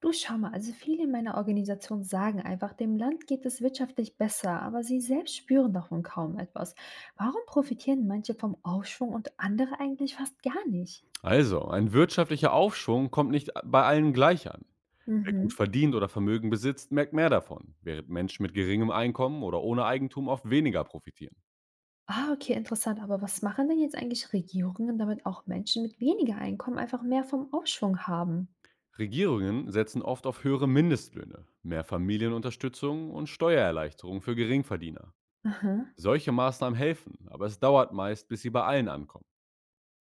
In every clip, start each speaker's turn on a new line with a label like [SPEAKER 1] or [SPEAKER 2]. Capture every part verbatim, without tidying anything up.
[SPEAKER 1] Du, schau mal, also viele in meiner Organisation sagen einfach, dem Land geht es wirtschaftlich besser, aber sie selbst spüren davon kaum etwas. Warum profitieren manche vom Aufschwung und andere eigentlich fast gar nicht?
[SPEAKER 2] Also, ein wirtschaftlicher Aufschwung kommt nicht bei allen gleich an. Wer gut
[SPEAKER 1] Mhm.
[SPEAKER 2] verdient oder Vermögen besitzt, merkt mehr davon, während Menschen mit geringem Einkommen oder ohne Eigentum oft weniger profitieren.
[SPEAKER 1] Ah, okay, interessant. Aber was machen denn jetzt eigentlich Regierungen, damit auch Menschen mit weniger Einkommen einfach mehr vom Aufschwung haben?
[SPEAKER 2] Regierungen setzen oft auf höhere Mindestlöhne, mehr Familienunterstützung und Steuererleichterungen für Geringverdiener.
[SPEAKER 1] Aha.
[SPEAKER 2] Solche Maßnahmen helfen, aber es dauert meist, bis sie bei allen ankommen.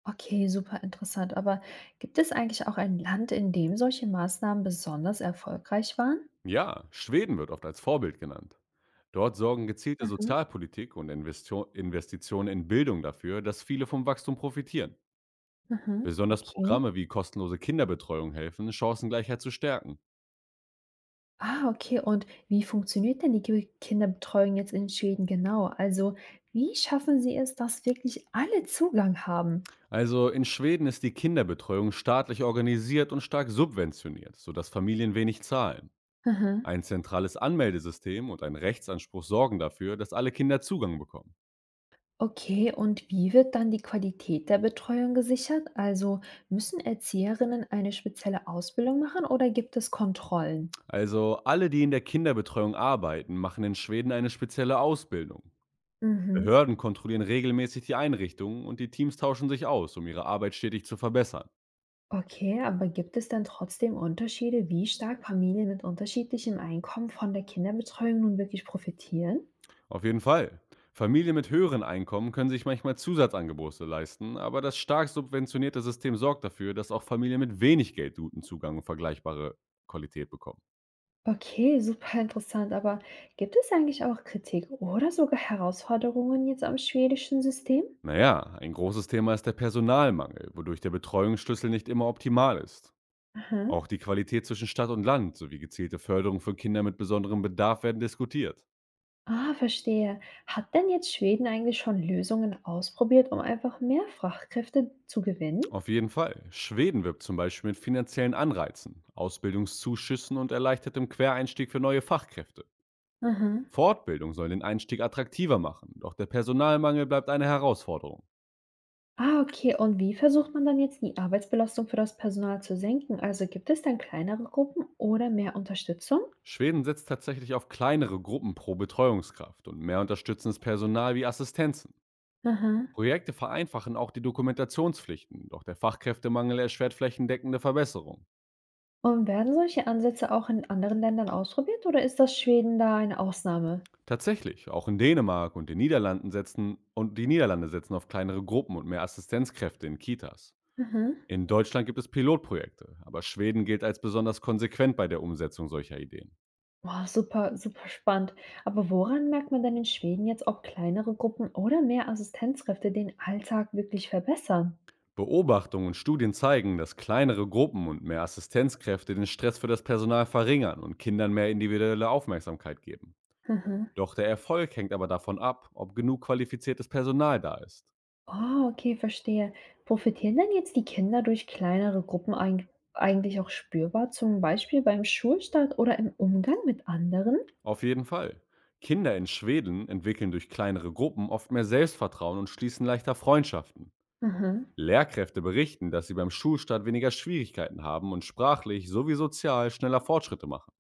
[SPEAKER 1] Okay, super interessant. Aber gibt es eigentlich auch ein Land, in dem solche Maßnahmen besonders erfolgreich waren?
[SPEAKER 2] Ja, Schweden wird oft als Vorbild genannt. Dort sorgen gezielte
[SPEAKER 1] Mhm.
[SPEAKER 2] Sozialpolitik und Investio- Investitionen in Bildung dafür, dass viele vom Wachstum profitieren.
[SPEAKER 1] Mhm.
[SPEAKER 2] Besonders
[SPEAKER 1] Okay.
[SPEAKER 2] Programme wie kostenlose Kinderbetreuung helfen, Chancengleichheit zu stärken.
[SPEAKER 1] Ah, okay. Und wie funktioniert denn die Ki Kinderbetreuung jetzt in Schweden genau? Also, wie schaffen sie es, dass wirklich alle Zugang haben?
[SPEAKER 2] Also in Schweden ist die Kinderbetreuung staatlich organisiert und stark subventioniert, sodass Familien wenig zahlen.
[SPEAKER 1] Mhm.
[SPEAKER 2] Ein zentrales Anmeldesystem und ein Rechtsanspruch sorgen dafür, dass alle Kinder Zugang bekommen.
[SPEAKER 1] Okay, und wie wird dann die Qualität der Betreuung gesichert? Also, müssen Erzieherinnen eine spezielle Ausbildung machen oder gibt es Kontrollen?
[SPEAKER 2] Also alle, die in der Kinderbetreuung arbeiten, machen in Schweden eine spezielle Ausbildung.
[SPEAKER 1] Mhm.
[SPEAKER 2] Behörden kontrollieren regelmäßig die Einrichtungen und die Teams tauschen sich aus, um ihre Arbeit stetig zu verbessern.
[SPEAKER 1] Okay, aber gibt es dann trotzdem Unterschiede, wie stark Familien mit unterschiedlichem Einkommen von der Kinderbetreuung nun wirklich profitieren?
[SPEAKER 2] Auf jeden Fall. Familien mit höheren Einkommen können sich manchmal Zusatzangebote leisten, aber das stark subventionierte System sorgt dafür, dass auch Familien mit wenig Geld guten Zugang und vergleichbare Qualität bekommen.
[SPEAKER 1] Okay, super interessant. Aber gibt es eigentlich auch Kritik oder sogar Herausforderungen jetzt am schwedischen System?
[SPEAKER 2] Naja, ein großes Thema ist der Personalmangel, wodurch der Betreuungsschlüssel nicht immer optimal ist.
[SPEAKER 1] Aha.
[SPEAKER 2] Auch die Qualität zwischen Stadt und Land sowie gezielte Förderung für Kinder mit besonderem Bedarf werden diskutiert.
[SPEAKER 1] Ah, verstehe. Hat denn jetzt Schweden eigentlich schon Lösungen ausprobiert, um einfach mehr Fachkräfte zu gewinnen?
[SPEAKER 2] Auf jeden Fall. Schweden wirbt zum Beispiel mit finanziellen Anreizen, Ausbildungszuschüssen und erleichtertem Quereinstieg für neue Fachkräfte.
[SPEAKER 1] Aha.
[SPEAKER 2] Fortbildung soll den Einstieg attraktiver machen, doch der Personalmangel bleibt eine Herausforderung.
[SPEAKER 1] Ah, okay. Und wie versucht man dann jetzt die Arbeitsbelastung für das Personal zu senken? Also gibt es dann kleinere Gruppen oder mehr Unterstützung?
[SPEAKER 2] Schweden setzt tatsächlich auf kleinere Gruppen pro Betreuungskraft und mehr unterstützendes Personal wie Assistenzen.
[SPEAKER 1] Aha.
[SPEAKER 2] Projekte vereinfachen auch die Dokumentationspflichten, doch der Fachkräftemangel erschwert flächendeckende Verbesserungen.
[SPEAKER 1] Und werden solche Ansätze auch in anderen Ländern ausprobiert oder ist das Schweden da eine Ausnahme?
[SPEAKER 2] Tatsächlich, auch in Dänemark und den Niederlanden setzen und die Niederlande setzen auf kleinere Gruppen und mehr Assistenzkräfte in Kitas.
[SPEAKER 1] Aha.
[SPEAKER 2] In Deutschland gibt es Pilotprojekte, aber Schweden gilt als besonders konsequent bei der Umsetzung solcher Ideen.
[SPEAKER 1] Boah, super, super spannend. Aber woran merkt man denn in Schweden jetzt, ob kleinere Gruppen oder mehr Assistenzkräfte den Alltag wirklich verbessern?
[SPEAKER 2] Beobachtungen und Studien zeigen, dass kleinere Gruppen und mehr Assistenzkräfte den Stress für das Personal verringern und Kindern mehr individuelle Aufmerksamkeit geben.
[SPEAKER 1] Mhm.
[SPEAKER 2] Doch der Erfolg hängt aber davon ab, ob genug qualifiziertes Personal da ist.
[SPEAKER 1] Oh, okay, verstehe. Profitieren denn jetzt die Kinder durch kleinere Gruppen eig eigentlich auch spürbar, zum Beispiel beim Schulstart oder im Umgang mit anderen?
[SPEAKER 2] Auf jeden Fall. Kinder in Schweden entwickeln durch kleinere Gruppen oft mehr Selbstvertrauen und schließen leichter Freundschaften.
[SPEAKER 1] Mhm.
[SPEAKER 2] Lehrkräfte berichten, dass sie beim Schulstart weniger Schwierigkeiten haben und sprachlich sowie sozial schneller Fortschritte machen.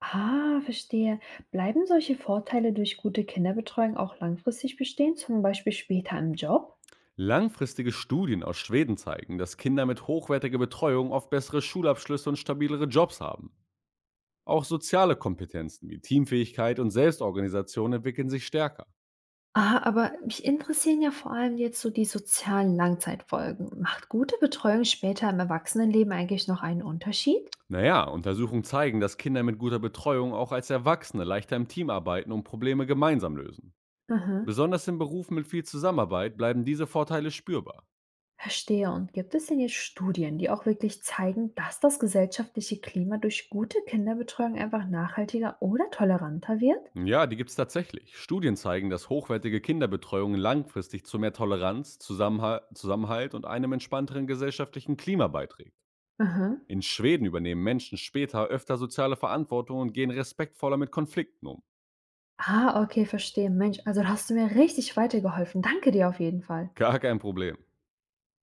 [SPEAKER 1] Ah, verstehe. Bleiben solche Vorteile durch gute Kinderbetreuung auch langfristig bestehen, zum Beispiel später im Job?
[SPEAKER 2] Langfristige Studien aus Schweden zeigen, dass Kinder mit hochwertiger Betreuung oft bessere Schulabschlüsse und stabilere Jobs haben. Auch soziale Kompetenzen wie Teamfähigkeit und Selbstorganisation entwickeln sich stärker.
[SPEAKER 1] Ah, aber mich interessieren ja vor allem jetzt so die sozialen Langzeitfolgen. Macht gute Betreuung später im Erwachsenenleben eigentlich noch einen Unterschied?
[SPEAKER 2] Naja, Untersuchungen zeigen, dass Kinder mit guter Betreuung auch als Erwachsene leichter im Team arbeiten und Probleme gemeinsam lösen.
[SPEAKER 1] Aha,
[SPEAKER 2] Besonders in Berufen mit viel Zusammenarbeit bleiben diese Vorteile spürbar.
[SPEAKER 1] verstehe. Und gibt es denn jetzt Studien, die auch wirklich zeigen, dass das gesellschaftliche Klima durch gute Kinderbetreuung einfach nachhaltiger oder toleranter wird?
[SPEAKER 2] Ja, die gibt's tatsächlich. Studien zeigen, dass hochwertige Kinderbetreuung langfristig zu mehr Toleranz, Zusammenha Zusammenhalt und einem entspannteren gesellschaftlichen Klima beiträgt.
[SPEAKER 1] Aha.
[SPEAKER 2] In Schweden übernehmen Menschen später öfter soziale Verantwortung und gehen respektvoller mit Konflikten um.
[SPEAKER 1] Ah, okay, verstehe. Mensch, also da hast du mir richtig weitergeholfen. Danke dir auf jeden Fall.
[SPEAKER 2] Gar kein Problem.